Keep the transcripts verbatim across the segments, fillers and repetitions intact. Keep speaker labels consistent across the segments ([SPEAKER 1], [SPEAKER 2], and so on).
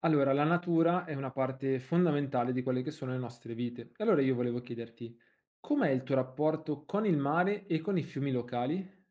[SPEAKER 1] Allora, la natura è una parte fondamentale di quelle che sono le nostre vite. E allora io volevo chiederti, com'è il tuo rapporto con il mare e con i fiumi locali?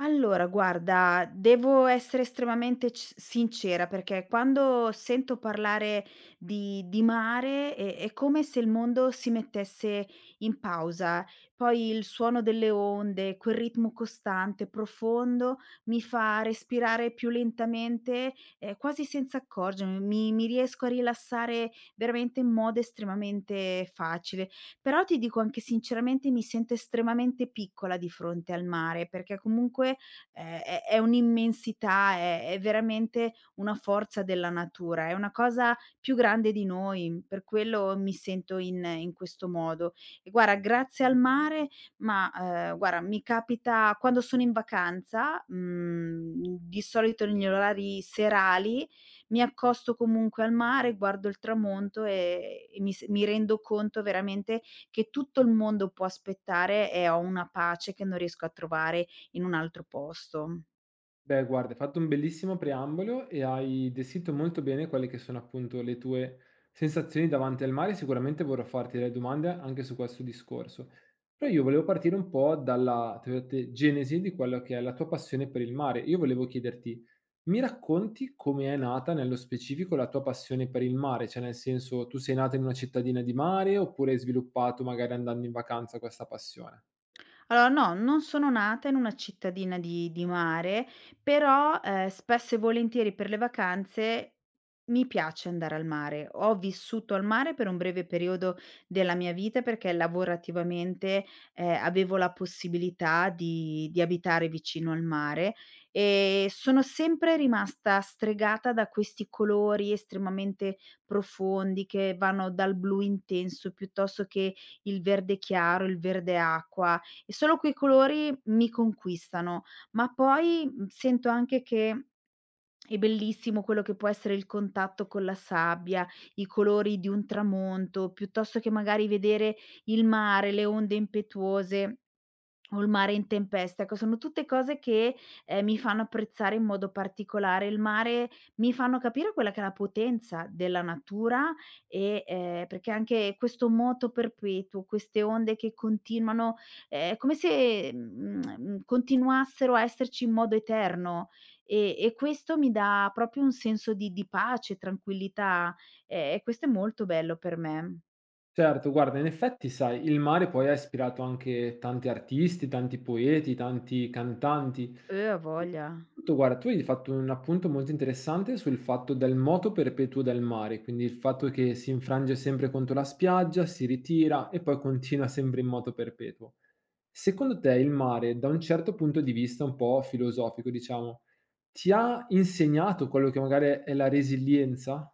[SPEAKER 2] Allora guarda, devo essere estremamente c sincera, perché quando sento parlare di di mare è è come se il mondo si mettesse in pausa. Poi il suono delle onde, quel ritmo costante, profondo, mi fa respirare più lentamente, ehm, quasi senza accorgermi. Mi mi riesco a rilassare veramente in modo estremamente facile. Però ti dico anche sinceramente mi sento estremamente piccola di fronte al mare, perché comunque, ehm, è è un'immensità, è è veramente una forza della natura, è una cosa più grande di noi, per quello mi sento in in questo modo. E guarda grazie al mare ma, ehm, guarda mi capita quando sono in vacanza, mhmm, di solito negli orari serali, mi accosto comunque al mare, guardo il tramonto e e mi s mi rendo conto veramente che tutto il mondo può aspettare e ho una pace che non riesco a trovare in un altro posto.
[SPEAKER 1] Beh, guarda, hai fatto un bellissimo preambolo e hai descritto molto bene quelle che sono appunto le tue sensazioni davanti al mare. Sicuramente vorrò farti delle domande anche su questo discorso. Però io volevo partire un po' dalla, tra virgolette, genesi di quello che è la tua passione per il mare. Io volevo chiederti, mi racconti come è nata nello specifico la tua passione per il mare? Cioè, nel senso, tu sei nata in una cittadina di mare oppure hai sviluppato magari andando in vacanza questa passione?
[SPEAKER 2] Allora no, non sono nata in una cittadina di di mare, però, ehm, spesso e volentieri per le vacanze mi piace andare al mare. Ho vissuto al mare per un breve periodo della mia vita perché lavorativamente, ehm, avevo la possibilità di di abitare vicino al mare e sono sempre rimasta stregata da questi colori estremamente profondi che vanno dal blu intenso piuttosto che il verde chiaro, il verde acqua. E solo quei colori mi conquistano, ma poi, mhmm, sento anche che è bellissimo quello che può essere il contatto con la sabbia, i colori di un tramonto, piuttosto che magari vedere il mare, le onde impetuose. O il mare in tempesta, ecco sono tutte cose che, ehm, mi fanno apprezzare in modo particolare il mare, mi fanno capire quella che è la potenza della natura e, ehm, perché anche questo moto perpetuo, queste onde che continuano, eh, è come se, mhmm, continuassero a esserci in modo eterno e e questo mi dà proprio un senso di di pace, tranquillità e e questo è molto bello per me.
[SPEAKER 1] Certo, guarda, in effetti, sai, il mare poi ha ispirato anche tanti artisti, tanti poeti, tanti cantanti.
[SPEAKER 2] Eh, a voglia.
[SPEAKER 1] Tutto, guarda, tu hai fatto un appunto molto interessante sul fatto del moto perpetuo del mare, quindi il fatto che si infrange sempre contro la spiaggia, si ritira e poi continua sempre in moto perpetuo. Secondo te il mare, da un certo punto di vista un po' filosofico, diciamo, ti ha insegnato quello che magari è la resilienza?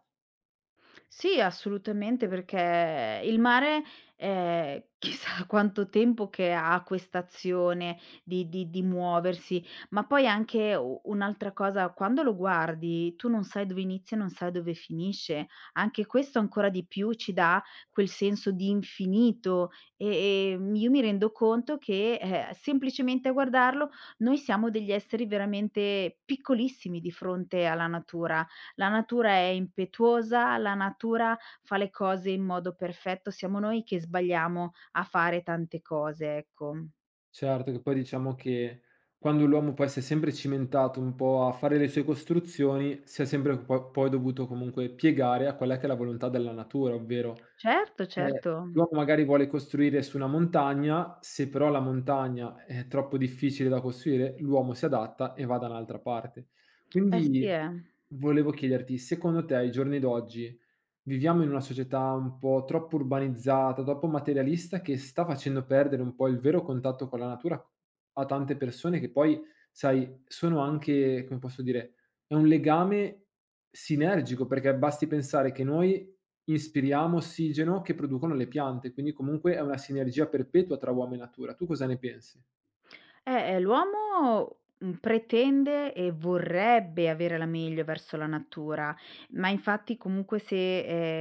[SPEAKER 2] Sì, assolutamente, perché il mare, ehm, chissà quanto tempo che ha quest'azione di di di muoversi, ma poi anche u un'altra cosa, quando lo guardi tu non sai dove inizia e non sai dove finisce. Anche questo ancora di più ci dà quel senso di infinito e e, mhmm, io mi rendo conto che, eh, semplicemente a guardarlo noi siamo degli esseri veramente piccolissimi di fronte alla natura. La natura è impetuosa, la natura fa le cose in modo perfetto, siamo noi che sbagliamo a fare tante cose, ecco.
[SPEAKER 1] Certo, che poi diciamo che quando l'uomo poi si è sempre cimentato un po' a fare le sue costruzioni, si è sempre po poi dovuto comunque piegare a quella che è la volontà della natura, ovvero
[SPEAKER 2] Certo, certo.
[SPEAKER 1] eh, l'uomo magari vuole costruire su una montagna, se però la montagna è troppo difficile da costruire, l'uomo si adatta e va da un'altra parte.
[SPEAKER 2] Eh sì,
[SPEAKER 1] Quindi
[SPEAKER 2] eh.
[SPEAKER 1] volevo chiederti, secondo te ai giorni d'oggi viviamo in una società un po' troppo urbanizzata, troppo materialista che sta facendo perdere un po' il vero contatto con la natura a tante persone che poi, sai, sono anche, come posso dire, è un legame sinergico perché basti pensare che noi inspiriamo ossigeno che producono le piante, quindi comunque è una sinergia perpetua tra uomo e natura. Tu cosa ne pensi?
[SPEAKER 2] Eh, ehm, l'uomo, mhmm, pretende e vorrebbe avere la meglio verso la natura, ma infatti comunque se,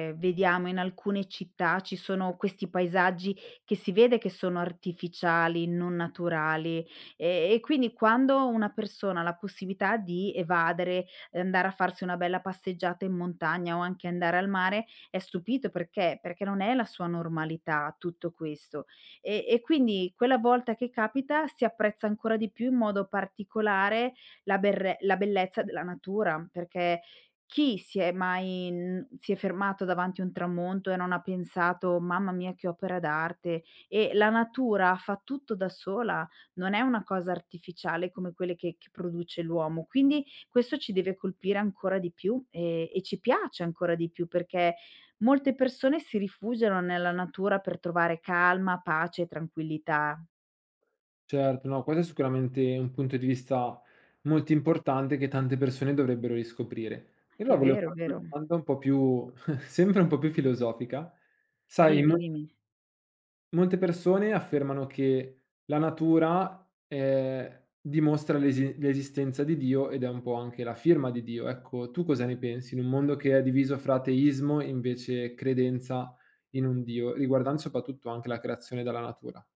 [SPEAKER 2] ehm, vediamo in alcune città ci sono questi paesaggi che si vede che sono artificiali, non naturali, e e quindi quando una persona ha la possibilità di evadere, eh, andare a farsi una bella passeggiata in montagna o anche andare al mare, è stupito perché perché non è la sua normalità tutto questo. E e quindi quella volta che capita si apprezza ancora di più in modo particolare la berre la bellezza della natura, perché chi si è mai n si è fermato davanti a un tramonto e non ha pensato: "Mamma mia che opera d'arte". E la natura fa tutto da sola, non è una cosa artificiale come quelle che che produce l'uomo. Quindi questo ci deve colpire ancora di più e e ci piace ancora di più perché molte persone si rifugiano nella natura per trovare calma, pace e tranquillità.
[SPEAKER 1] Certo, no, questo è sicuramente un punto di vista molto importante che tante persone dovrebbero riscoprire. E
[SPEAKER 2] È
[SPEAKER 1] allora volevo
[SPEAKER 2] vero, è
[SPEAKER 1] farti una
[SPEAKER 2] vero.
[SPEAKER 1] domanda un po' più sempre un po' più filosofica. Sai in
[SPEAKER 2] Dimmi, dimmi.
[SPEAKER 1] Molte persone affermano che la natura, ehm, dimostra l'esi l'esistenza di Dio ed è un po' anche la firma di Dio. Ecco, tu cosa ne pensi in un mondo che è diviso fra ateismo e invece credenza in un Dio, riguardando soprattutto anche la creazione dalla natura?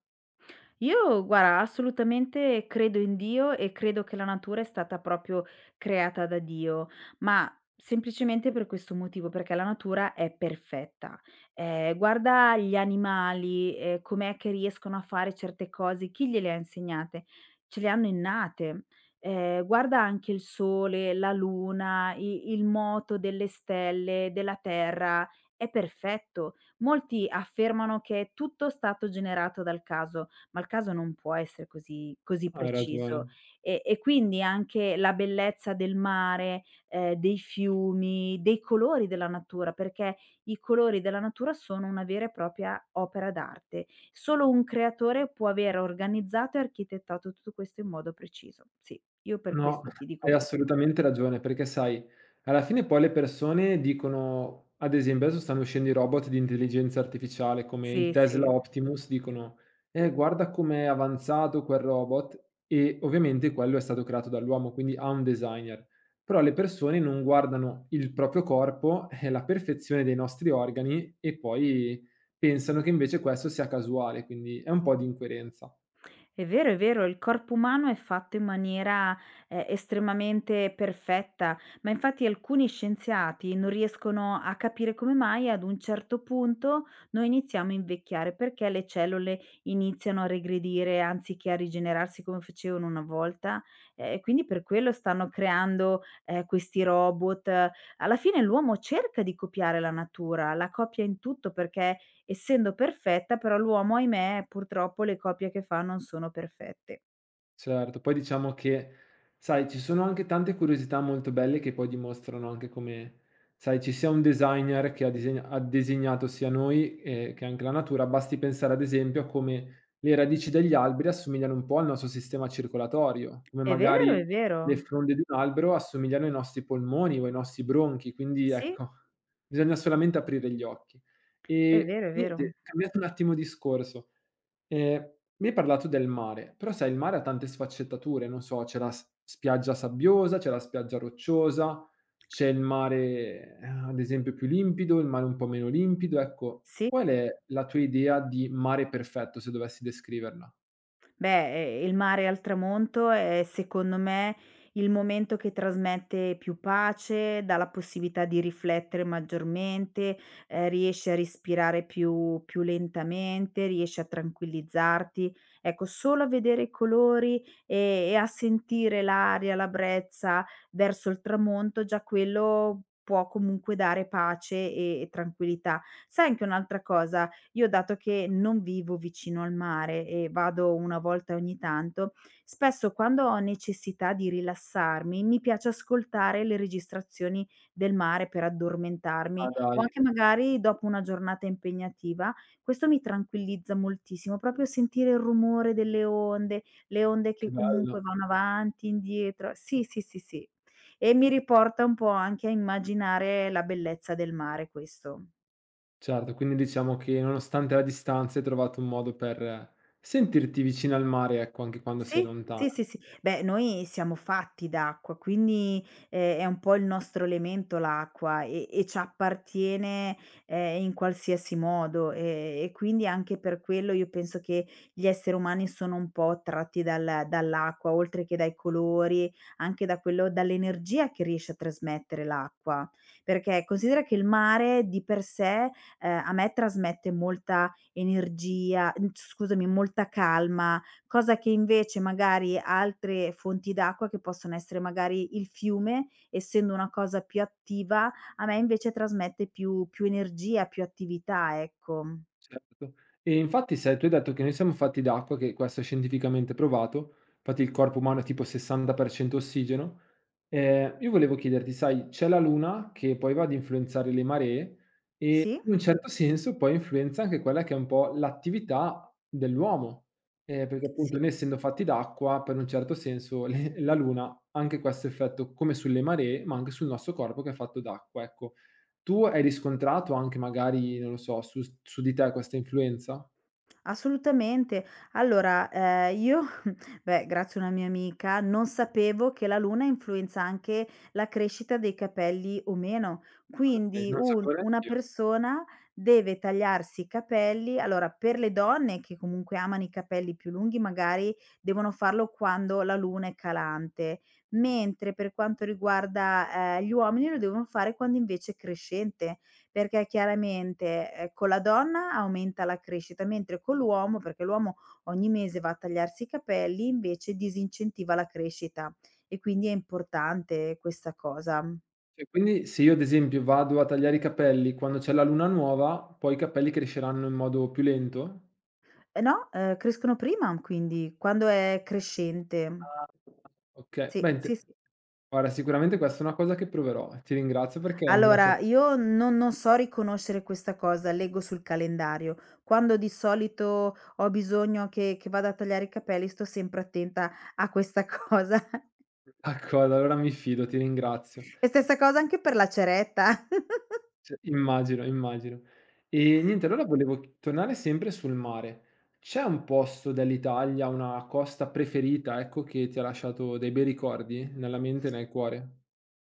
[SPEAKER 2] Io guarda, assolutamente credo in Dio e credo che la natura è stata proprio creata da Dio, ma semplicemente per questo motivo, perché la natura è perfetta. Ehm, guarda gli animali, ehm, com'è che riescono a fare certe cose, chi gliele ha insegnate? Ce le hanno innate. Ehm, guarda anche il sole, la luna, i il moto delle stelle, della terra, è perfetto. Molti affermano che è tutto stato generato dal caso ma il caso non può essere così così
[SPEAKER 1] Hai
[SPEAKER 2] preciso.
[SPEAKER 1] ragione.
[SPEAKER 2] E e quindi anche la bellezza del mare, ehm, dei fiumi, dei colori della natura, perché i colori della natura sono una vera e propria opera d'arte. Solo un creatore può aver organizzato e architettato tutto questo in modo preciso. Sì, io per
[SPEAKER 1] No,
[SPEAKER 2] questo ti dico
[SPEAKER 1] hai
[SPEAKER 2] questo.
[SPEAKER 1] assolutamente ragione, perché sai, alla fine poi le persone dicono, ad esempio adesso stanno uscendo i robot di intelligenza artificiale come il
[SPEAKER 2] Sì,
[SPEAKER 1] Tesla
[SPEAKER 2] sì.
[SPEAKER 1] Optimus, dicono: "Eh, guarda com'è avanzato quel robot", e ovviamente quello è stato creato dall'uomo, quindi ha un designer. Però le persone non guardano il proprio corpo e la perfezione dei nostri organi e poi pensano che invece questo sia casuale, quindi è un po' di incoerenza.
[SPEAKER 2] È vero, è vero, il corpo umano è fatto in maniera, ehm, estremamente perfetta, ma infatti alcuni scienziati non riescono a capire come mai ad un certo punto noi iniziamo a invecchiare, perché le cellule iniziano a regredire anziché a rigenerarsi come facevano una volta, ehm, e quindi per quello stanno creando, ehm, questi robot. Alla fine l'uomo cerca di copiare la natura, la copia in tutto perché essendo perfetta però l'uomo, ahimè, purtroppo le copie che fa non sono perfette.
[SPEAKER 1] Certo, poi diciamo che, sai, ci sono anche tante curiosità molto belle che poi dimostrano anche come, sai, ci sia un designer che ha, disegna- ha disegnato sia noi, eh, che anche la natura. Basti pensare ad esempio a come le radici degli alberi assomigliano un po' al nostro sistema circolatorio, come
[SPEAKER 2] È vero, è
[SPEAKER 1] magari le
[SPEAKER 2] vero.
[SPEAKER 1] fronde di un albero assomigliano ai nostri polmoni o ai nostri bronchi, quindi
[SPEAKER 2] Sì,
[SPEAKER 1] ecco, bisogna solamente aprire gli occhi.
[SPEAKER 2] è
[SPEAKER 1] E
[SPEAKER 2] vero, è vero.
[SPEAKER 1] niente, cambiato un attimo discorso. Ehm, mi hai parlato del mare, però sai il mare ha tante sfaccettature, non so, c'è la s spiaggia sabbiosa, c'è la spiaggia rocciosa, c'è il mare, ehm, ad esempio più limpido, il mare un po' meno limpido, ecco.
[SPEAKER 2] Sì.
[SPEAKER 1] Qual è la tua idea di mare perfetto, se dovessi descriverla?
[SPEAKER 2] Beh, ehm, il mare al tramonto è secondo me il momento che trasmette più pace, dà la possibilità di riflettere maggiormente, ehm, riesci a respirare più più lentamente, riesci a tranquillizzarti. Ecco, solo a vedere i colori e e a sentire l'aria, la brezza verso il tramonto, già quello può comunque dare pace e e tranquillità. Sai anche un'altra cosa? Io dato che non vivo vicino al mare e vado una volta ogni tanto, spesso quando ho necessità di rilassarmi mi piace ascoltare le registrazioni del mare per addormentarmi
[SPEAKER 1] Ah
[SPEAKER 2] o
[SPEAKER 1] dai,
[SPEAKER 2] anche magari dopo una giornata impegnativa. Questo mi tranquillizza moltissimo, proprio sentire il rumore delle onde, le onde che
[SPEAKER 1] che bello.
[SPEAKER 2] comunque vanno avanti, indietro. Sì, sì, sì, sì. E mi riporta un po' anche a immaginare la bellezza del mare questo.
[SPEAKER 1] Certo, quindi diciamo che nonostante la distanza hai trovato un modo per, eh, sentirti vicina al mare, ecco, anche quando sei
[SPEAKER 2] Sì,
[SPEAKER 1] lontan
[SPEAKER 2] sì, sì, sì. Beh, noi siamo fatti d'acqua, quindi, ehm, è un po' il nostro elemento l'acqua e e ci appartiene, ehm, in qualsiasi modo, ehm, e quindi anche per quello io penso che gli esseri umani sono un po' tratti dal dall'acqua, oltre che dai colori, anche da quello dall'energia che riesce a trasmettere l'acqua. Perché considera che il mare di per sé, ehm, a me trasmette molta energia, n scusami, molta calma, cosa che invece magari altre fonti d'acqua, che possono essere magari il fiume, essendo una cosa più attiva, a me invece trasmette più più energia, più attività, ecco.
[SPEAKER 1] Certo. E infatti se tu hai detto che noi siamo fatti d'acqua, che questo è scientificamente provato, infatti il corpo umano è tipo sessanta per cento ossigeno, ehm, io volevo chiederti, sai, c'è la luna che poi va ad influenzare le maree e
[SPEAKER 2] Sì,
[SPEAKER 1] in un certo senso poi influenza anche quella che è un po' l'attività dell'uomo, ehm, perché
[SPEAKER 2] sì,
[SPEAKER 1] appunto noi essendo fatti d'acqua, per un certo senso le la luna ha anche questo effetto come sulle maree, ma anche sul nostro corpo che è fatto d'acqua, ecco. Tu hai riscontrato anche magari, non lo so, su s su di te questa influenza? Ma
[SPEAKER 2] assolutamente. Allora, ehm, io Beh, grazie a una mia amica, non sapevo che la luna influenza anche la crescita dei capelli o meno.
[SPEAKER 1] dai,
[SPEAKER 2] Quindi
[SPEAKER 1] non lo
[SPEAKER 2] un
[SPEAKER 1] sapevo
[SPEAKER 2] una
[SPEAKER 1] neanch'io.
[SPEAKER 2] persona deve tagliarsi i capelli allora per le donne che comunque amano i capelli più lunghi magari devono farlo quando la luna è calante, mentre per quanto riguarda, ehm, gli uomini lo devono fare quando invece è crescente, perché chiaramente, ehm, con la donna aumenta la crescita, mentre con l'uomo perché l'uomo ogni mese va a tagliarsi i capelli, invece disincentiva la crescita e quindi è importante questa cosa.
[SPEAKER 1] E quindi se io ad esempio vado a tagliare i capelli quando c'è la luna nuova, poi i capelli cresceranno in modo più lento?
[SPEAKER 2] Eh no, ehm, crescono prima, quindi quando è crescente.
[SPEAKER 1] Ah. Okay, beh
[SPEAKER 2] Sì,
[SPEAKER 1] inte
[SPEAKER 2] sì, sì.
[SPEAKER 1] guarda sicuramente questa è una cosa che proverò. Ti ringrazio perché me la sa
[SPEAKER 2] Allora io non non so riconoscere questa cosa, leggo sul calendario. Quando di solito ho bisogno che che vado a tagliare i capelli sto sempre attenta a questa cosa.
[SPEAKER 1] d'accordo, allora mi fido, ti ringrazio.
[SPEAKER 2] E stessa cosa anche per la ceretta.
[SPEAKER 1] S immagino, immagino. E niente, allora volevo ch tornare sempre sul mare. C'è un posto dell'Italia, una costa preferita, ecco, che ti ha lasciato dei bei ricordi nella mente e nel cuore?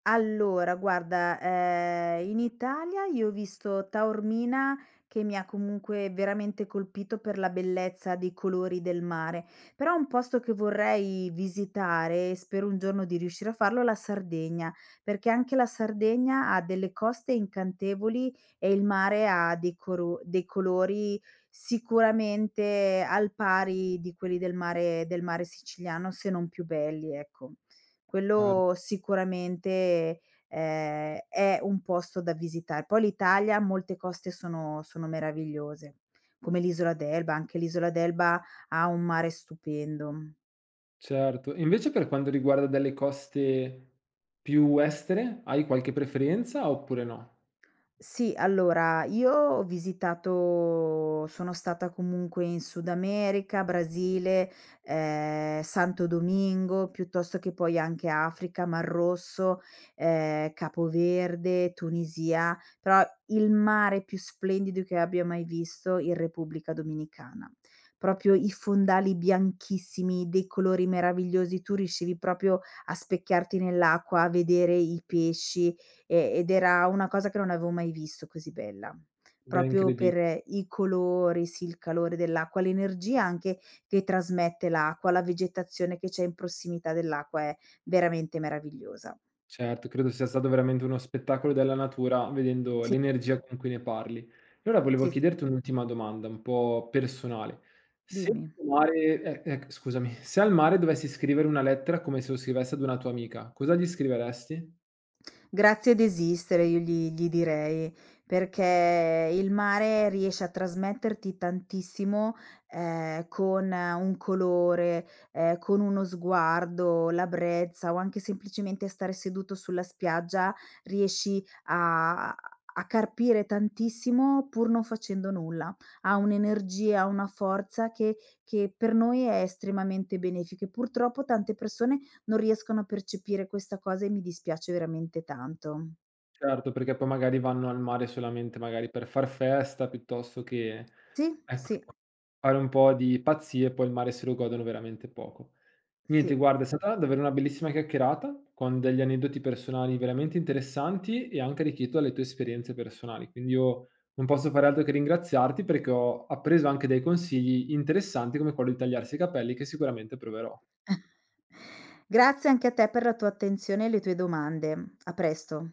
[SPEAKER 2] Allora guarda, ehm, in Italia io ho visto Taormina che mi ha comunque veramente colpito per la bellezza dei colori del mare, però un posto che vorrei visitare e spero un giorno di riuscire a farlo è la Sardegna, perché anche la Sardegna ha delle coste incantevoli e il mare ha dei coro dei colori sicuramente al pari di quelli del mare del mare siciliano, se non più belli, ecco.
[SPEAKER 1] Cer
[SPEAKER 2] Quello sicuramente, ehm, è un posto da visitare. Poi l'Italia, molte coste sono sono meravigliose, come l'isola d'Elba, anche l'isola d'Elba ha un mare stupendo.
[SPEAKER 1] certo. E invece per quanto riguarda delle coste più estere, hai qualche preferenza oppure no?
[SPEAKER 2] Sì, allora io ho visitato sono stata comunque in Sud America, Brasile, ehm, Santo Domingo, piuttosto che poi anche Africa, Mar Rosso, ehm, Capo Verde, Tunisia, però il mare più splendido che abbia mai visto in Repubblica Dominicana. Proprio i fondali bianchissimi, dei colori meravigliosi, tu riuscivi proprio a specchiarti nell'acqua, a vedere i pesci, e ed era una cosa che non avevo mai visto così bella.
[SPEAKER 1] Ben
[SPEAKER 2] Proprio
[SPEAKER 1] credi
[SPEAKER 2] per i colori, sì, il calore dell'acqua, l'energia anche che trasmette l'acqua, la vegetazione che c'è in prossimità dell'acqua è veramente meravigliosa.
[SPEAKER 1] Certo, credo sia stato veramente uno spettacolo della natura, vedendo
[SPEAKER 2] Sì,
[SPEAKER 1] l'energia con cui ne parli. Allora volevo
[SPEAKER 2] sì, s
[SPEAKER 1] chiederti un'ultima domanda, un po' personale. Se
[SPEAKER 2] dimmi.
[SPEAKER 1] al mare, eh, eh, scusami, se al mare dovessi scrivere una lettera come se lo scrivessi ad una tua amica, cosa gli scriveresti?
[SPEAKER 2] Grazie desistere io gli gli direi, perché il mare riesce a trasmetterti tantissimo, ehm, con eh, un colore, ehm, con uno sguardo, la brezza o anche semplicemente stare seduto sulla spiaggia, riesci a a carpire tantissimo pur non facendo nulla. Ha un'energia, una forza che che per noi è estremamente benefica e purtroppo tante persone non riescono a percepire questa cosa e mi dispiace veramente tanto.
[SPEAKER 1] Certo, perché poi magari vanno al mare solamente magari per far festa, piuttosto che,
[SPEAKER 2] Sì,
[SPEAKER 1] ecco,
[SPEAKER 2] sì,
[SPEAKER 1] fare un po' di pazzie e poi il mare se lo godono veramente poco. Niente,
[SPEAKER 2] sì.
[SPEAKER 1] guarda, è stata davvero una bellissima chiacchierata, con degli aneddoti personali veramente interessanti e anche arricchito dalle tue esperienze personali. Quindi io non posso fare altro che ringraziarti perché ho appreso anche dei consigli interessanti come quello di tagliarsi i capelli che sicuramente proverò.
[SPEAKER 2] Grazie anche a te per la tua attenzione e le tue domande. A presto.